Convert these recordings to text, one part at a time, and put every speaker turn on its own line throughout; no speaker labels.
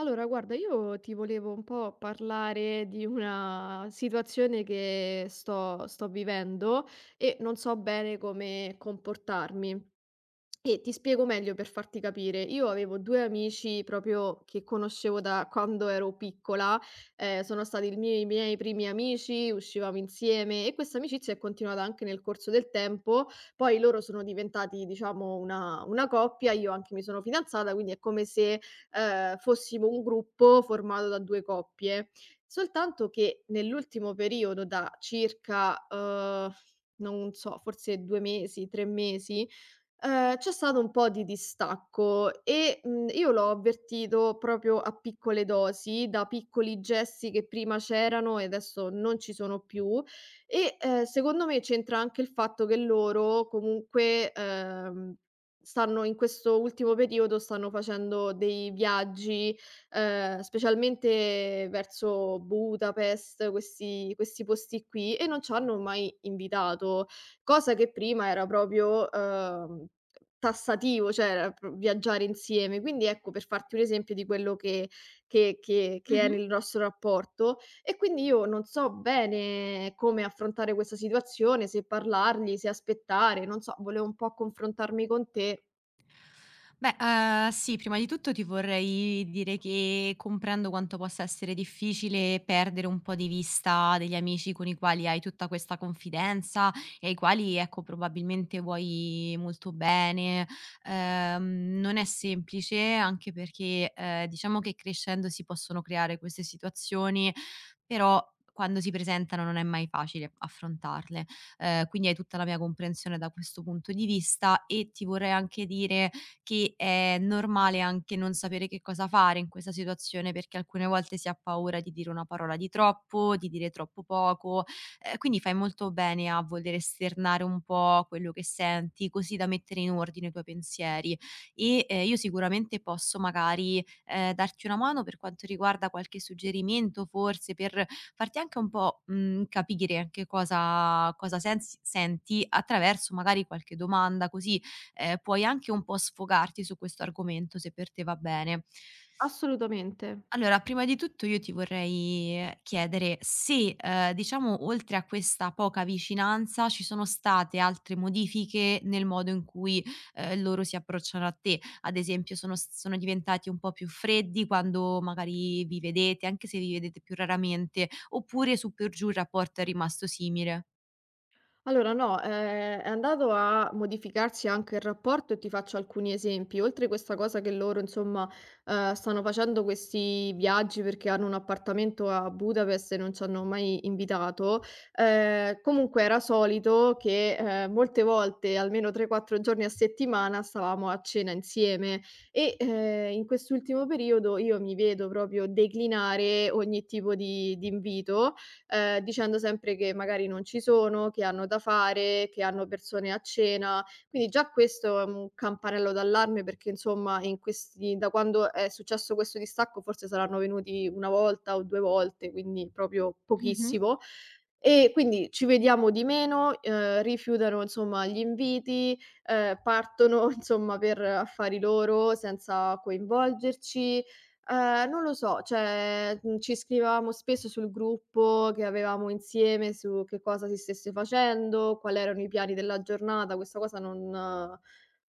Allora, guarda, io ti volevo un po' parlare di una situazione che sto vivendo e non so bene come comportarmi. E ti spiego meglio per farti capire. Io avevo 2 amici proprio che conoscevo da quando ero piccola. Sono stati il mie i miei primi amici, uscivamo insieme e questa amicizia è continuata anche nel corso del tempo. Poi loro sono diventati, diciamo, una coppia, io anche mi sono fidanzata, quindi è come se, fossimo un gruppo formato da 2 coppie. Soltanto che nell'ultimo periodo, da circa, non so, forse 2 mesi, 3 mesi. C'è stato un po' di distacco e, io l'ho avvertito proprio a piccole dosi, da piccoli gesti che prima c'erano e adesso non ci sono più e, secondo me c'entra anche il fatto che loro comunque, stanno in questo ultimo periodo stanno facendo dei viaggi, specialmente verso Budapest, questi posti qui, e non c'hanno mai invitato. Cosa che prima era proprio, tassativo, cioè era pro viaggiare insieme. Quindi ecco, per farti un esempio di quello che è
Mh-mh.
nel nostro rapporto. E quindi io non so bene come affrontare questa situazione, se parlargli, se aspettare, non so, volevo un po' confrontarmi con te.
Beh, sì, prima di tutto ti vorrei dire che comprendo quanto possa essere difficile perdere un po' di vista degli amici con i quali hai tutta questa confidenza e ai quali, ecco, probabilmente vuoi molto bene. Non è semplice anche perché, diciamo che crescendo si possono creare queste situazioni, però quando si presentano non è mai facile affrontarle. Quindi hai tutta la mia comprensione da questo punto di vista e ti vorrei anche dire che è normale anche non sapere che cosa fare in questa situazione, perché alcune volte si ha paura di dire una parola di troppo, di dire troppo poco, quindi fai molto bene a voler esternare un po' quello che senti, così da mettere in ordine i tuoi pensieri. E io sicuramente posso magari, darti una mano per quanto riguarda qualche suggerimento forse, per farti anche un po', capire che cosa sensi senti attraverso magari qualche domanda, così puoi anche un po' sfogarti su questo argomento, se per te va bene.
Assolutamente.
Allora, prima di tutto io ti vorrei chiedere se, diciamo oltre a questa poca vicinanza, ci sono state altre modifiche nel modo in cui, loro si approcciano a te. Ad esempio sono diventati un po' più freddi quando magari vi vedete, anche se vi vedete più raramente, oppure su per giù il rapporto è rimasto simile?
Allora no, è andato a modificarsi anche il rapporto e ti faccio alcuni esempi. Oltre questa cosa che loro insomma, stanno facendo questi viaggi perché hanno un appartamento a Budapest e non ci hanno mai invitato, comunque era solito che, molte volte, almeno 3, 4 giorni a settimana, stavamo a cena insieme e, in quest'ultimo periodo io mi vedo proprio declinare ogni tipo di invito, dicendo sempre che magari non ci sono, che hanno da fare, che hanno persone a cena. Quindi già questo è un campanello d'allarme perché insomma in questi, da quando è successo questo distacco, forse saranno venuti 1 volta o 2 volte, quindi proprio
Mh-mh,
pochissimo. E quindi ci vediamo di meno, rifiutano insomma gli inviti, partono insomma per affari loro senza coinvolgerci. Non lo so, cioè, ci scrivevamo spesso sul gruppo che avevamo insieme su che cosa si stesse facendo, quali erano i piani della giornata. Questa cosa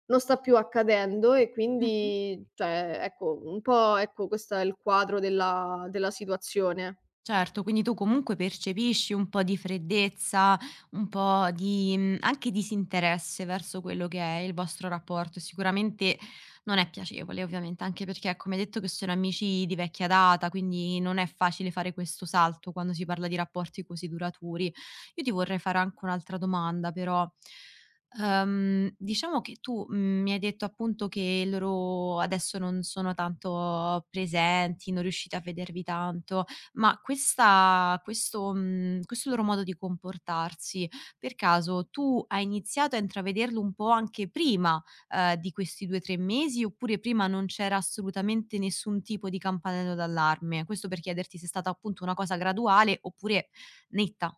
non sta più accadendo e
mh-mh.
quindi, cioè, ecco, un po', ecco, questo è il quadro della situazione.
Certo, quindi tu comunque percepisci un po' di freddezza, un po' di anche disinteresse verso quello che è il vostro rapporto e sicuramente non è piacevole, ovviamente, anche perché, ecco, mi hai detto che sono amici di vecchia data, quindi non è facile fare questo salto quando si parla di rapporti così duraturi. Io ti vorrei fare anche un'altra domanda però. Diciamo che tu, mi hai detto appunto che loro adesso non sono tanto presenti, non riuscite a vedervi tanto. Ma questa questo questo loro modo di comportarsi, per caso tu hai iniziato a intravederlo un po' anche prima, di questi 2, 3 mesi, oppure prima non c'era assolutamente nessun tipo di campanello d'allarme? Questo per chiederti se è stata appunto una cosa graduale oppure netta.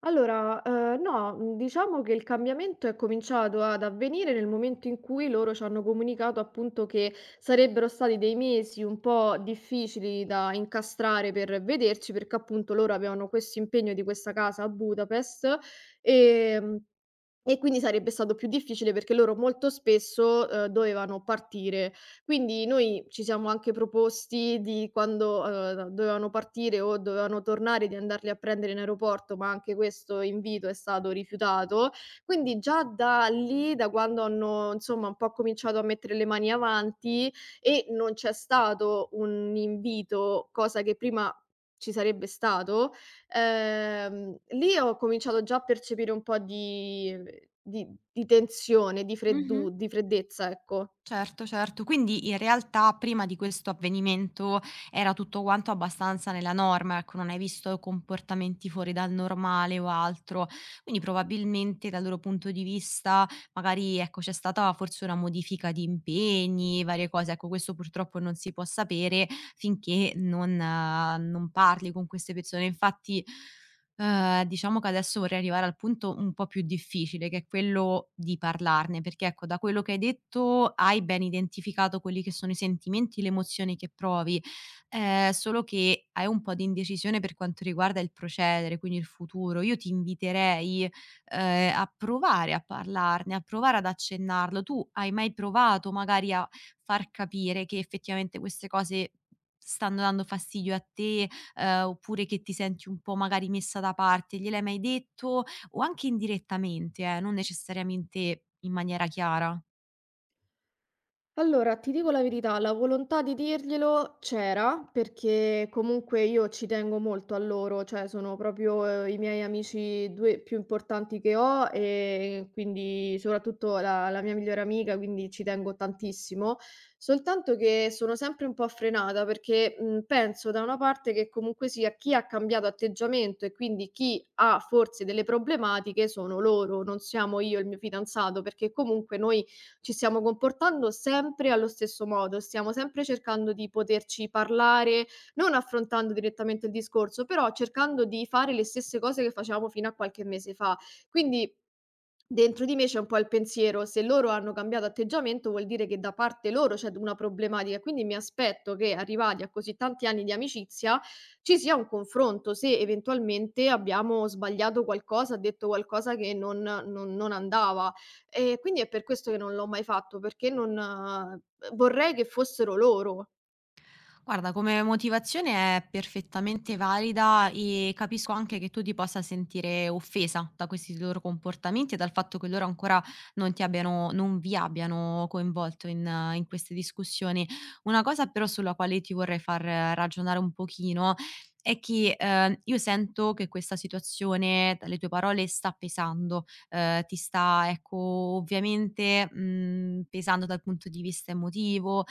Allora, no, diciamo che il cambiamento è cominciato ad avvenire nel momento in cui loro c'hanno comunicato appunto che sarebbero stati dei mesi un po' difficili da incastrare per vederci, perché appunto loro avevano questo impegno di questa casa a Budapest, ehm e quindi sarebbe stato più difficile perché loro molto spesso, dovevano partire. Quindi noi ci siamo anche proposti di quando, dovevano partire o dovevano tornare, di andarli a prendere in aeroporto, ma anche questo invito è stato rifiutato. Quindi già da lì, da quando hanno insomma un po' cominciato a mettere le mani avanti e non c'è stato un invito, cosa che prima ci sarebbe stato, lì ho cominciato già a percepire un po' di di tensione, di
Mh-mh.
freddu di freddezza, ecco.
Certo, certo. Quindi in realtà prima di questo avvenimento era tutto quanto abbastanza nella norma, ecco, non hai visto comportamenti fuori dal normale o altro. Quindi probabilmente dal loro punto di vista, magari ecco, c'è stata forse una modifica di impegni, varie cose. Ecco, questo purtroppo non si può sapere finché non, non parli con queste persone. Infatti diciamo che adesso vorrei arrivare al punto un po' più difficile, che è quello di parlarne, perché ecco, da quello che hai detto hai ben identificato quelli che sono i sentimenti, le emozioni che provi, solo che hai un po' di indecisione per quanto riguarda il procedere, quindi il futuro. Io ti inviterei, a provare a parlarne, a provare ad accennarlo. Tu hai mai provato magari a far capire che effettivamente queste cose stanno dando fastidio a te, oppure che ti senti un po' magari messa da parte, gliel'hai mai detto? O anche indirettamente non necessariamente in maniera chiara.
Allora, ti dico la verità, la volontà di dirglielo c'era, perché comunque io ci tengo molto a loro, cioè sono proprio i miei amici due più importanti che ho, e quindi soprattutto la mia migliore amica, quindi ci tengo tantissimo. Soltanto che sono sempre un po' frenata perché penso da una parte che comunque sia chi ha cambiato atteggiamento e quindi chi ha forse delle problematiche sono loro, non siamo io e il mio fidanzato, perché comunque noi ci stiamo comportando sempre allo stesso modo, stiamo sempre cercando di poterci parlare, non affrontando direttamente il discorso, però cercando di fare le stesse cose che facevamo fino a qualche mese fa. Quindi dentro di me c'è un po' il pensiero: se loro hanno cambiato atteggiamento vuol dire che da parte loro c'è una problematica, quindi mi aspetto che arrivati a così tanti anni di amicizia ci sia un confronto, se eventualmente abbiamo sbagliato qualcosa, detto qualcosa che non andava. E quindi è per questo che non l'ho mai fatto, perché non vorrei che fossero loro.
Guarda, come motivazione è perfettamente valida e capisco anche che tu ti possa sentire offesa da questi loro comportamenti e dal fatto che loro ancora non ti abbiano, non vi abbiano coinvolto in, in queste discussioni. Una cosa però sulla quale ti vorrei far ragionare un pochino è che io sento che questa situazione, dalle tue parole, sta pesando, ti sta, ecco, ovviamente pesando dal punto di vista emotivo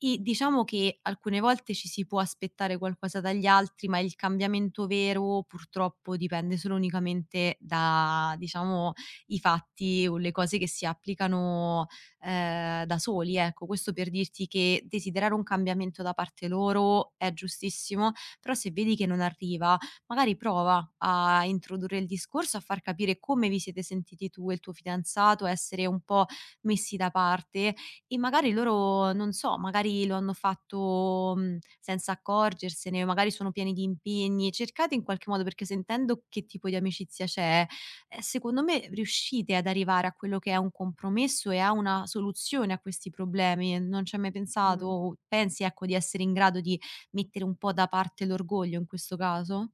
i diciamo che alcune volte ci si può aspettare qualcosa dagli altri, ma il cambiamento vero purtroppo dipende solo unicamente da, diciamo, i fatti o le cose che si applicano, da soli, ecco. Questo per dirti che desiderare un cambiamento da parte loro è giustissimo, però se vedi che non arriva, magari prova a introdurre il discorso, a far capire come vi siete sentiti tu e il tuo fidanzato, a essere un po' messi da parte e magari loro, non so, magari lo hanno fatto, senza accorgersene, magari sono pieni di impegni. Cercate in qualche modo perché sentendo che tipo di amicizia c'è, secondo me riuscite ad arrivare a quello che è un compromesso e a una soluzione a questi problemi. Non ci hai mai pensato
Mh.
o pensi, ecco, di essere in grado di mettere un po' da parte l'orgoglio in questo caso?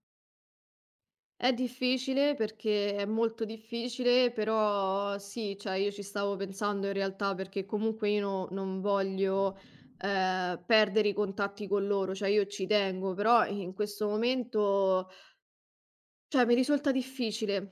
È difficile, perché è molto difficile, però sì, cioè io ci stavo pensando in realtà, perché comunque io non voglio, perdere i contatti con loro, cioè io ci tengo, però in questo momento... Cioè, mi risulta difficile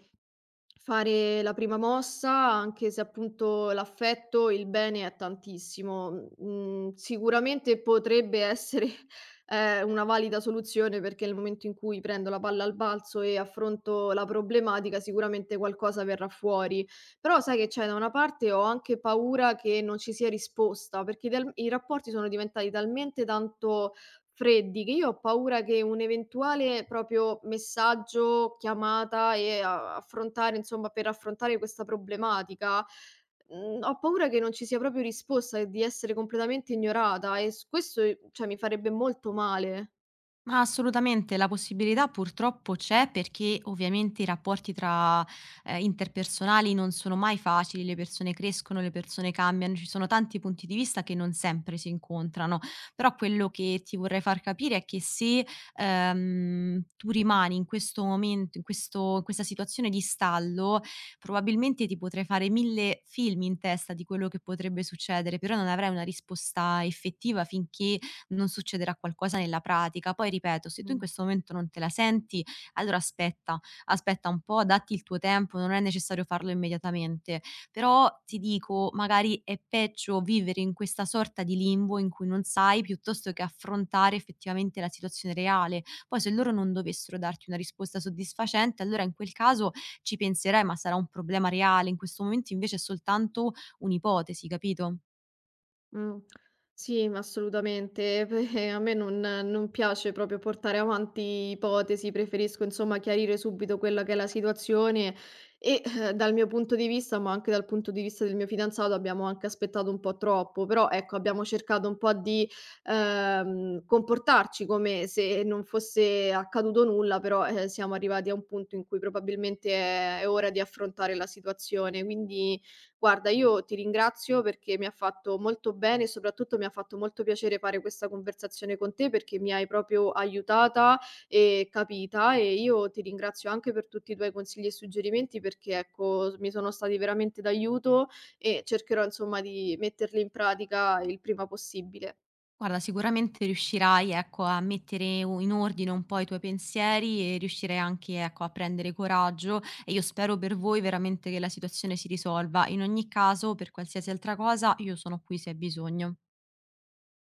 fare la prima mossa, anche se appunto l'affetto, il bene è tantissimo. Mhmm, Sicuramente potrebbe essere, una valida soluzione, perché nel momento in cui prendo la palla al balzo e affronto la problematica sicuramente qualcosa verrà fuori. Però sai che c'è? Da una parte ho anche paura che non ci sia risposta, perché ideal i rapporti sono diventati talmente tanto freddi, che io ho paura che un eventuale proprio messaggio, chiamata e a affrontare insomma per affrontare questa problematica, ho paura che non ci sia proprio risposta e di essere completamente ignorata, e s questo, cioè, mi farebbe molto male.
Ma assolutamente, la possibilità purtroppo c'è perché ovviamente i rapporti tra, interpersonali non sono mai facili, le persone crescono, le persone cambiano, ci sono tanti punti di vista che non sempre si incontrano. Però quello che ti vorrei far capire è che se, tu rimani in questo momento, in questa situazione di stallo, probabilmente ti potrai fare 1000 film in testa di quello che potrebbe succedere, però non avrai una risposta effettiva finché non succederà qualcosa nella pratica. Poi ripeto, se tu in
Mh.
questo momento non te la senti, allora aspetta, aspetta un po', datti il tuo tempo, non è necessario farlo immediatamente. Però ti dico, magari è peggio vivere in questa sorta di limbo in cui non sai piuttosto che affrontare effettivamente la situazione reale. Poi se loro non dovessero darti una risposta soddisfacente, allora in quel caso ci penserai, ma sarà un problema reale. In questo momento invece è soltanto un'ipotesi, capito?
Mh. Sì, ma assolutamente. Pe A me non piace proprio portare avanti ipotesi, preferisco insomma chiarire subito quella che è la situazione e, dal mio punto di vista, ma anche dal punto di vista del mio fidanzato, abbiamo anche aspettato un po' troppo, però ecco, abbiamo cercato un po' di, comportarci come se non fosse accaduto nulla. Però, siamo arrivati a un punto in cui probabilmente è ora di affrontare la situazione. Quindi, guarda, io ti ringrazio perché mi ha fatto molto bene e soprattutto mi ha fatto molto piacere fare questa conversazione con te, perché mi hai proprio aiutata e capita, e io ti ringrazio anche per tutti i tuoi consigli e suggerimenti, perché ecco, mi sono stati veramente d'aiuto e cercherò insomma di metterli in pratica il prima possibile.
Guarda, sicuramente riuscirai, ecco, a mettere in ordine un po' i tuoi pensieri e riuscirai anche, ecco, a prendere coraggio e io spero per voi veramente che la situazione si risolva. In ogni caso, per qualsiasi altra cosa, io sono qui se hai bisogno.